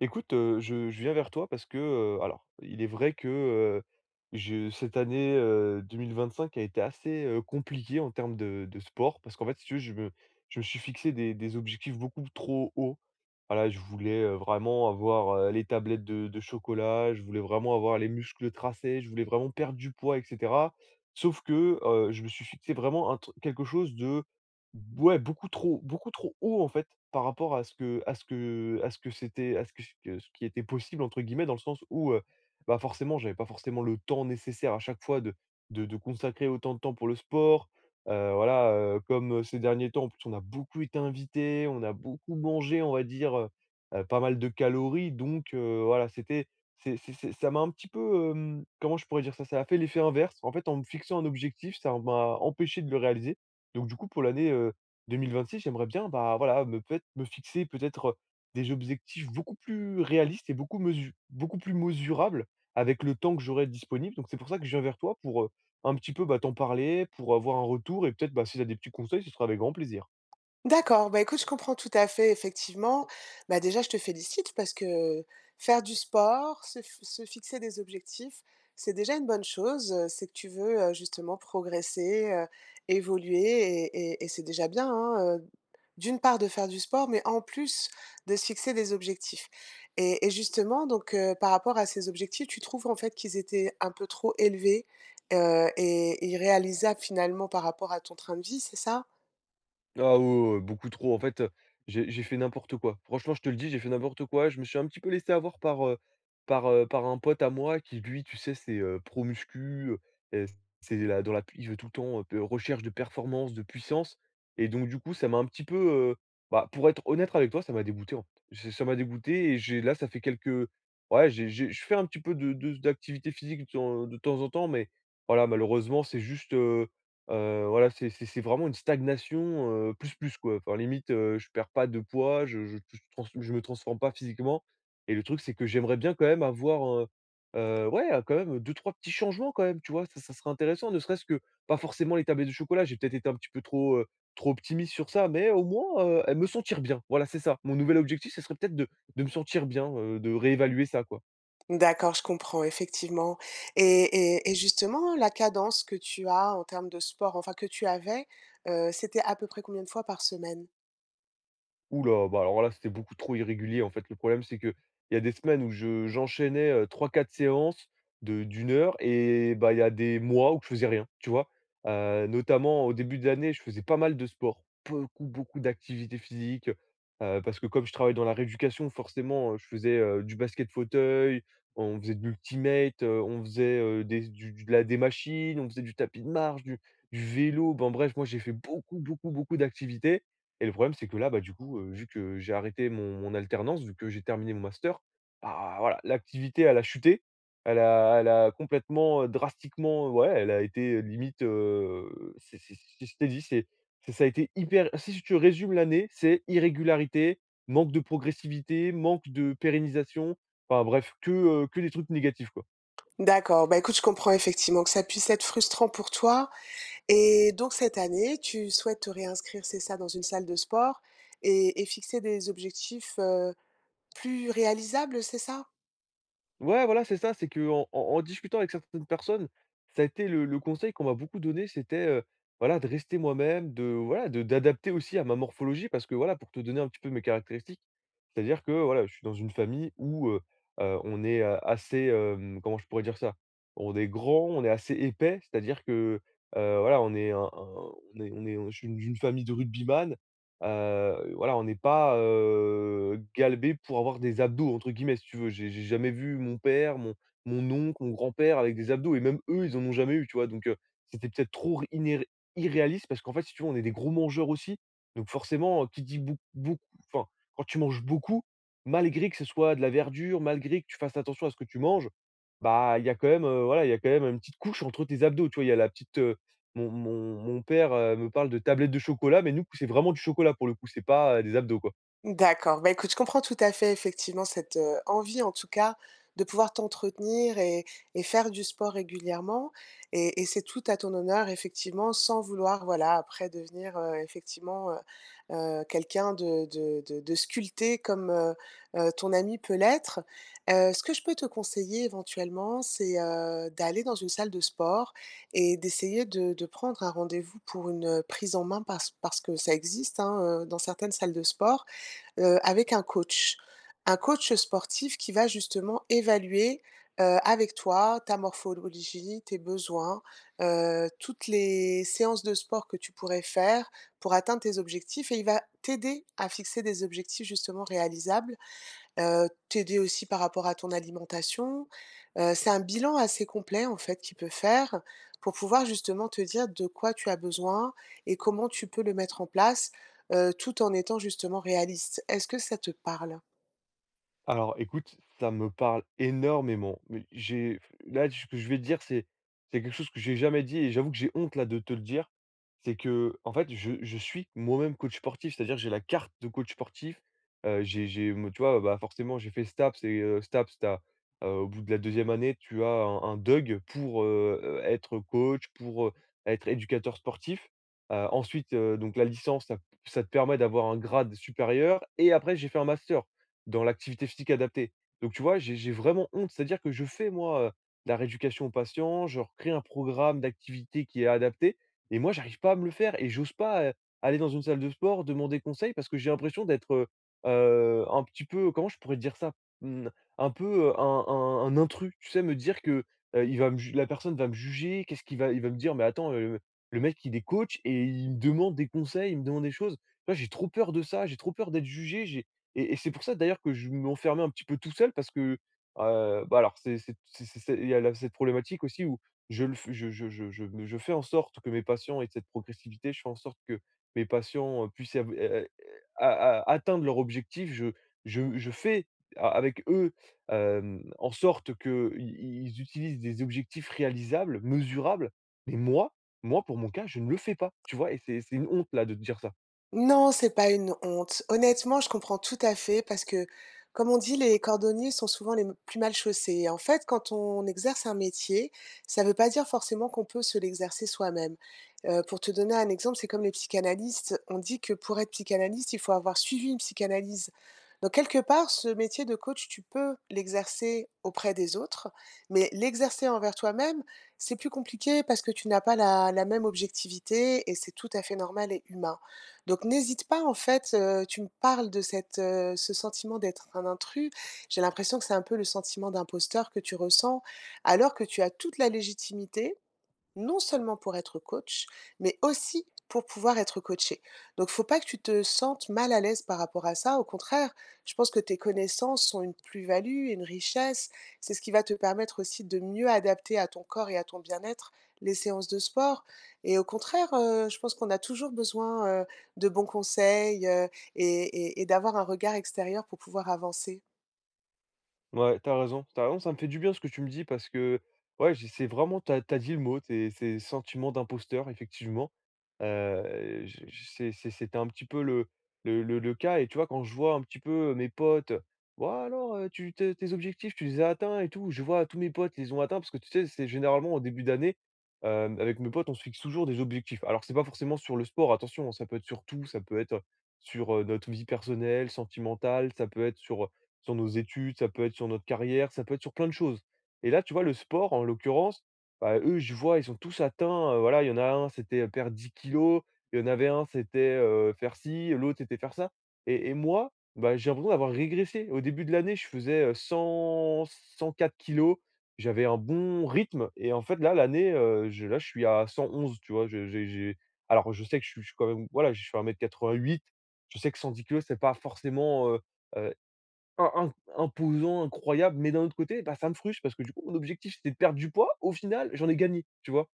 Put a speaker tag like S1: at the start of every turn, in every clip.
S1: Écoute, je viens vers toi parce que, alors il est vrai que, je cette année, 2025 a été assez, compliquée en termes de sport parce qu'en fait, si tu veux, je me suis fixé des objectifs beaucoup trop hauts. Voilà, je voulais, vraiment avoir, les tablettes de chocolat, je voulais vraiment avoir les muscles tracés, je voulais vraiment perdre du poids et cetera. Sauf que, je me suis fixé vraiment un tru quelque chose de, ouais, beaucoup trop haut en fait, par rapport à ce que c'était, à ce que- ce qui était «possible» entre guillemets, dans le sens où, bah, forcément, j'avais pas forcément le temps nécessaire à chaque fois de consacrer autant de temps pour le sport. Voilà, ces derniers temps, en plus, on a beaucoup été invités, on a beaucoup mangé, on va dire, pas mal de calories donc, voilà, c'était, c'est ça m'a un petit peu, comment je pourrais dire ça? Ça a fait l'effet inverse. En fait, en me fixant un objectif, ça m'a empêché de le réaliser. Donc du coup, pour l'année, 2026, j'aimerais bien, bah, voilà, me peut-être me fixer, peut-être, des objectifs beaucoup plus réalistes et beaucoup plus mesurables avec le temps que j'aurai disponible. Donc c'est pour ça que je viens vers toi pour, un petit peu, bah, t'en parler, pour avoir un retour et peut-être, bah, si tu as des petits conseils, ce sera avec grand plaisir.
S2: D'accord, bah, écoute, je comprends tout à fait effectivement. Bah, déjà, je te félicite parce que faire du sport, se fixer des objectifs, c'est déjà une bonne chose, c'est que tu veux, justement progresser, évoluer et c'est déjà bien, hein, d'une part de faire du sport, mais en plus de se fixer des objectifs et justement donc par rapport à ces objectifs, tu trouves en fait qu'ils étaient un peu trop élevés, et irréalisables finalement par rapport à ton train de vie, c'est ça?
S1: Ah ouais, ouais, ouais, beaucoup trop. En fait, j'ai fait n'importe quoi. Franchement, je te le dis, j'ai fait n'importe quoi. Je me suis un petit peu laissé avoir par, par un pote à moi qui lui, tu sais, c'est, pro muscu, c'est là dans la p il veut tout le temps, p recherche de performance, de puissance, et donc du coup, ça m'a un petit peu, bah, pour être honnête avec toi, ça m'a dégoûté, en fait. J ça m'a dégoûté et j'ai, là, ça fait quelques, ouais, j'ai je fais un petit peu de d'activité physique, de temps en temps, mais voilà, malheureusement, c'est juste, voilà, c'est vraiment une stagnation, plus, plus, quoi. Enfin, limite, je perds pas de poids, je me transforme pas physiquement, et le truc, c'est que j'aimerais bien quand même avoir, ouais, quand même deux trois petits changements quand même, tu vois? Ça serait intéressant, ne serait-ce que, pas forcément les tablettes de chocolat, j'ai peut-être été un petit peu trop, trop optimiste sur ça, mais au moins, me sentir bien. Voilà, c'est ça. Mon nouvel objectif, ce serait peut-être de me sentir bien, de réévaluer ça, quoi.
S2: D'accord, je comprends effectivement et et justement, la cadence que tu as en termes de sport, enfin que tu avais, c'était à peu près combien de fois par semaine?
S1: Ouh là, bah, alors là, c'était beaucoup trop irrégulier en fait. Le problème, c'est que il y a des semaines où je j'enchaînais, 3-4 séances de d'une heure, et bah, il y a des mois où je faisais rien, tu vois? Notamment au début de l'année, je faisais pas mal de sport, beaucoup, beaucoup d'activités physiques, parce que comme je travaille dans la rééducation, forcément, je faisais, du basket fauteuil, on faisait de l'ultimate, on faisait, des machines, on faisait du tapis de marche, du vélo. Ben bref, moi, j'ai fait beaucoup, beaucoup, beaucoup d'activités, et le problème, c'est que là, bah, du coup, vu que j'ai arrêté mon alternance, vu que j'ai terminé mon master, bah, voilà, l'activité, elle a chuté. Elle a complètement, drastiquement, ouais, elle a été, limite, c'est si je t'ai dit, c'est ça a été hyper si tu résumes l'année, c'est irrégularité, manque de progressivité, manque de pérennisation, enfin bref, que des trucs négatifs, quoi.
S2: D'accord, bah, écoute, je comprends effectivement que ça puisse être frustrant pour toi et donc cette année, tu souhaites te réinscrire, c'est ça, dans une salle de sport et fixer des objectifs, plus réalisables, c'est ça?
S1: Ouais, voilà, c'est ça, c'est que en discutant avec certaines personnes, ça a été le conseil qu'on m'a beaucoup donné, c'était, voilà, de rester moi-même, de, voilà, de d'adapter aussi à ma morphologie parce que, voilà, pour te donner un petit peu mes caractéristiques, c'est-à-dire que, voilà, je suis dans une famille où, on est, assez, comment je pourrais dire ça? On est grand, on est assez épais, c'est-à-dire que, voilà, on est je suis d'une famille de rugbyman. Voilà, on n'est pas, galbés pour avoir des «abdos» entre guillemets, si tu veux. J'ai jamais vu mon père, mon oncle, mon grand-père avec des abdos et même eux, ils en ont jamais eu, tu vois? Donc, c'était peut-être trop, iné irréaliste, parce qu'en fait, si tu veux, on est des gros mangeurs aussi. Donc forcément, qui dit beaucoup, enfin, quand tu manges beaucoup, malgré que ce soit de la verdure, malgré que tu fasses attention à ce que tu manges, bah, il y a quand même, voilà, il y a quand même une petite couche entre tes abdos, tu vois? Il y a la petite, mon père, me parle de tablettes de chocolat, mais nous, c'est vraiment du chocolat pour le coup, c'est pas, des abdos, quoi.
S2: D'accord. Bah, écoute, je comprends tout à fait effectivement cette, envie en tout cas de pouvoir t'entretenir et faire du sport régulièrement et c'est tout à ton honneur effectivement, sans vouloir voilà après devenir, effectivement, quelqu'un de sculpté comme, ton ami peut l'être. Ce que je peux te conseiller éventuellement, c'est, d'aller dans une salle de sport et d'essayer de prendre un rendez-vous pour une, prise en main parce que ça existe, hein, dans certaines salles de sport avec un coach. Un coach sportif qui va justement évaluer, avec toi, ta morphologie, tes besoins, toutes les séances de sport que tu pourrais faire pour atteindre tes objectifs et il va t'aider à fixer des objectifs justement réalisables. T'aider aussi par rapport à ton alimentation. C'est un bilan assez complet, en fait, qu'il peut faire pour pouvoir justement te dire de quoi tu as besoin et comment tu peux le mettre en place, tout en étant justement réaliste. Est-ce que ça te parle?
S1: Alors écoute, ça me parle énormément. Mais j'ai là, ce que je vais te dire, c'est, quelque chose que j'ai jamais dit et j'avoue que j'ai honte, là, de te le dire. C'est que, en fait, je suis moi-même coach sportif, c'est-à-dire j'ai la carte de coach sportif. Moi, tu vois, bah, forcément, j'ai fait STAPS et, STAPS, t'as, au bout de la deuxième année, tu as un DUG pour, être coach, pour, être éducateur sportif. Ensuite, donc la licence, ça, te permet d'avoir un grade supérieur. Et après, j'ai fait un master dans l'activité physique adaptée. Donc tu vois, j'ai vraiment honte, c'est-à-dire que je fais, moi, de la rééducation aux patients, je crée un programme d'activité qui est adapté, et moi j'arrive pas à me le faire et j'ose pas, aller dans une salle de sport, demander conseil, parce que j'ai l'impression d'être, un petit peu, comment je pourrais dire ça? Mmh, un peu, un intrus, tu sais? Me dire que, il va me ju la personne va me juger, qu'est-ce qu'il va, il va me dire: «Mais attends, le mec il est coach et il me demande des conseils, il me demande des choses». Tu vois, j'ai trop peur de ça, j'ai trop peur d'être jugé, j'ai et c'est pour ça d'ailleurs que je m'enfermais un petit peu tout seul parce que, bah, alors, il y a la cette problématique aussi où je le f je me je fais en sorte que mes patients aient cette progressivité, je fais en sorte que mes patients, puissent, av a a atteindre leur objectif. Je fais, a avec eux, en sorte qu'ils ils utilisent des objectifs réalisables, mesurables, mais moi, pour mon cas, je ne le fais pas, tu vois? Et c'est, une honte, là, de te dire ça.
S2: Non, c'est pas une honte. Honnêtement, je comprends tout à fait parce que, comme on dit, les cordonniers sont souvent les plus mal chaussés. Et en fait, quand on exerce un métier, ça ne veut pas dire forcément qu'on peut se l'exercer soi-même. Pour te donner un exemple, c'est comme les psychanalystes. On dit que pour être psychanalyste, il faut avoir suivi une psychanalyse. Donc, quelque part, ce métier de coach, tu peux l'exercer auprès des autres, mais l'exercer envers toi-même, c'est plus compliqué parce que tu n'as pas la même objectivité et c'est tout à fait normal et humain. Donc n'hésite pas en fait, tu me parles de cette, ce sentiment d'être un intrus. J'ai l'impression que c'est un peu le sentiment d'imposteur que tu ressens, alors que tu as toute la légitimité non seulement pour être coach, mais aussi pour pouvoir être coaché. Donc faut pas que tu te sentes mal à l'aise par rapport à ça. Au contraire, je pense que tes connaissances sont une plus-value, une richesse. C'est ce qui va te permettre aussi de mieux adapter à ton corps et à ton bien-être les séances de sport. Et au contraire, je pense qu'on a toujours besoin, de bons conseils, et et d'avoir un regard extérieur pour pouvoir avancer.
S1: Ouais, t'as raison, ça me fait du bien ce que tu me dis parce que, ouais, j'ai c'est vraiment, t'as dit le mot, c'est, sentiment d'imposteur effectivement. Je c'est c'était un petit peu le cas, et tu vois, quand je vois un petit peu mes potes, «Ouais alors, tu tes tes objectifs, tu les as atteints et tout?» je vois tous mes potes, ils les ont atteints parce que tu sais, c'est généralement au début d'année, avec mes potes, on se fixe toujours des objectifs. Alors c'est pas forcément sur le sport, attention, ça peut être sur tout, ça peut être sur, notre vie personnelle, sentimentale, ça peut être sur nos études, ça peut être sur notre carrière, ça peut être sur plein de choses. Et là, tu vois, le sport, en l'occurrence, bah, eux, je vois, ils sont tous atteints. Voilà, il y en a un, c'était, perdre 10 kilos, il y en avait un, c'était, faire ci, l'autre, c'était faire ça. Et moi, bah, j'ai l'impression d'avoir régressé. Au début de l'année, je faisais, 104 kilos, j'avais un bon rythme. Et en fait, là, l'année, je suis à 111, tu vois. Alors, je sais que, je suis, quand même, voilà, je fais 1,88 m, je sais que 110 kilos, c'est pas forcément, euh, un imposant, incroyable, mais d'un autre côté, bah, ça me frustre parce que du coup, mon objectif, c'était de perdre du poids. Au final, j'en ai gagné, tu vois?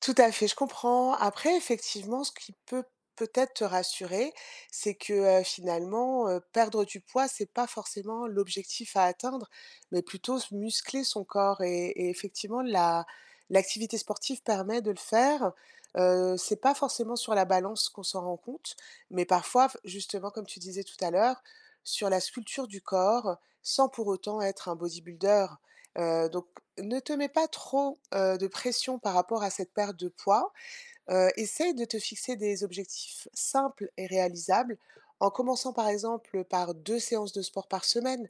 S2: Tout à fait, je comprends. Après, effectivement, ce qui peut peut-être te rassurer, c'est que, finalement, perdre du poids, c'est pas forcément l'objectif à atteindre, mais plutôt se muscler son corps et effectivement la l'activité sportive permet de le faire. C'est pas forcément sur la balance qu'on s'en rend compte, mais parfois, justement, comme tu disais tout à l'heure, sur la sculpture du corps, sans pour autant être un bodybuilder. Donc ne te mets pas trop, de pression par rapport à cette perte de poids. Essaye de te fixer des objectifs simples et réalisables en commençant par exemple, par 2 séances de sport par semaine.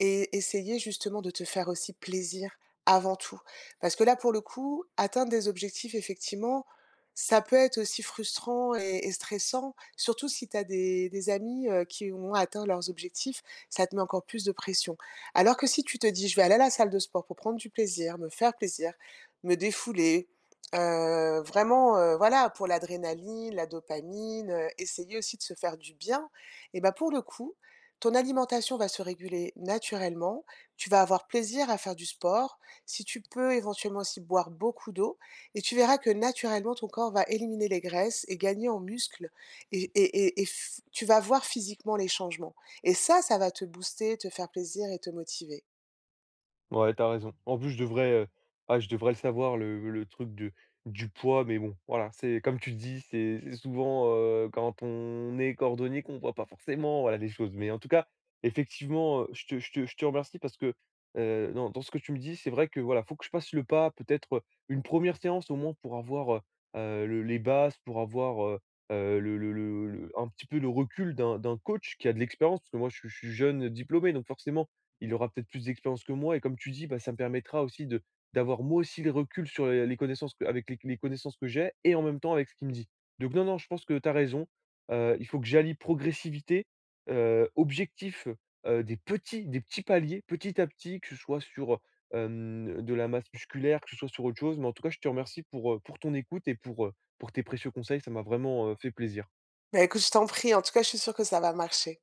S2: Et essayer justement de te faire aussi plaisir avant tout. Parce que là, pour le coup, atteindre des objectifs, effectivement, ça peut être aussi frustrant et stressant, surtout si tu as des amis qui ont atteint leurs objectifs, ça te met encore plus de pression. Alors que si tu te dis, je vais aller à la salle de sport pour prendre du plaisir, me faire plaisir, me défouler, vraiment, voilà, pour l'adrénaline, la dopamine, essayer aussi de se faire du bien, et ben pour le coup, ton alimentation va se réguler naturellement, tu vas avoir plaisir à faire du sport, si tu peux éventuellement aussi boire beaucoup d'eau et tu verras que naturellement ton corps va éliminer les graisses et gagner en muscles et f tu vas voir physiquement les changements et ça va te booster, te faire plaisir et te motiver.
S1: Ouais, t'as raison. En plus, je devrais, ah, je devrais le savoir, le truc de du poids, mais bon, voilà, c'est comme tu dis, c'est souvent, quand on est cordonnier qu'on voit pas forcément, voilà, les choses. Mais en tout cas, effectivement, je te remercie parce que, dans dans ce que tu me dis, c'est vrai que, voilà, faut que je passe le pas, peut-être, une première séance au moins pour avoir, le les bases, pour avoir, le un petit peu le recul d'un coach qui a de l'expérience. Parce que moi, je suis jeune diplômé, donc forcément, il aura peut-être plus d'expérience que moi, et comme tu dis, bah, ça me permettra aussi de, d'avoir moi aussi le recul sur les connaissances que, avec les connaissances que j'ai, et en même temps avec ce qu'il me dit. Donc non, non, je pense que tu as raison, il faut que j'allie progressivité, objectif, des petits paliers, petit à petit, que ce soit sur, de la masse musculaire, que ce soit sur autre chose. Mais en tout cas, je te remercie pour ton écoute et pour tes précieux conseils. Ça m'a vraiment, fait plaisir.
S2: Bah, écoute, je t'en prie, en tout cas, je suis sûre que ça va marcher.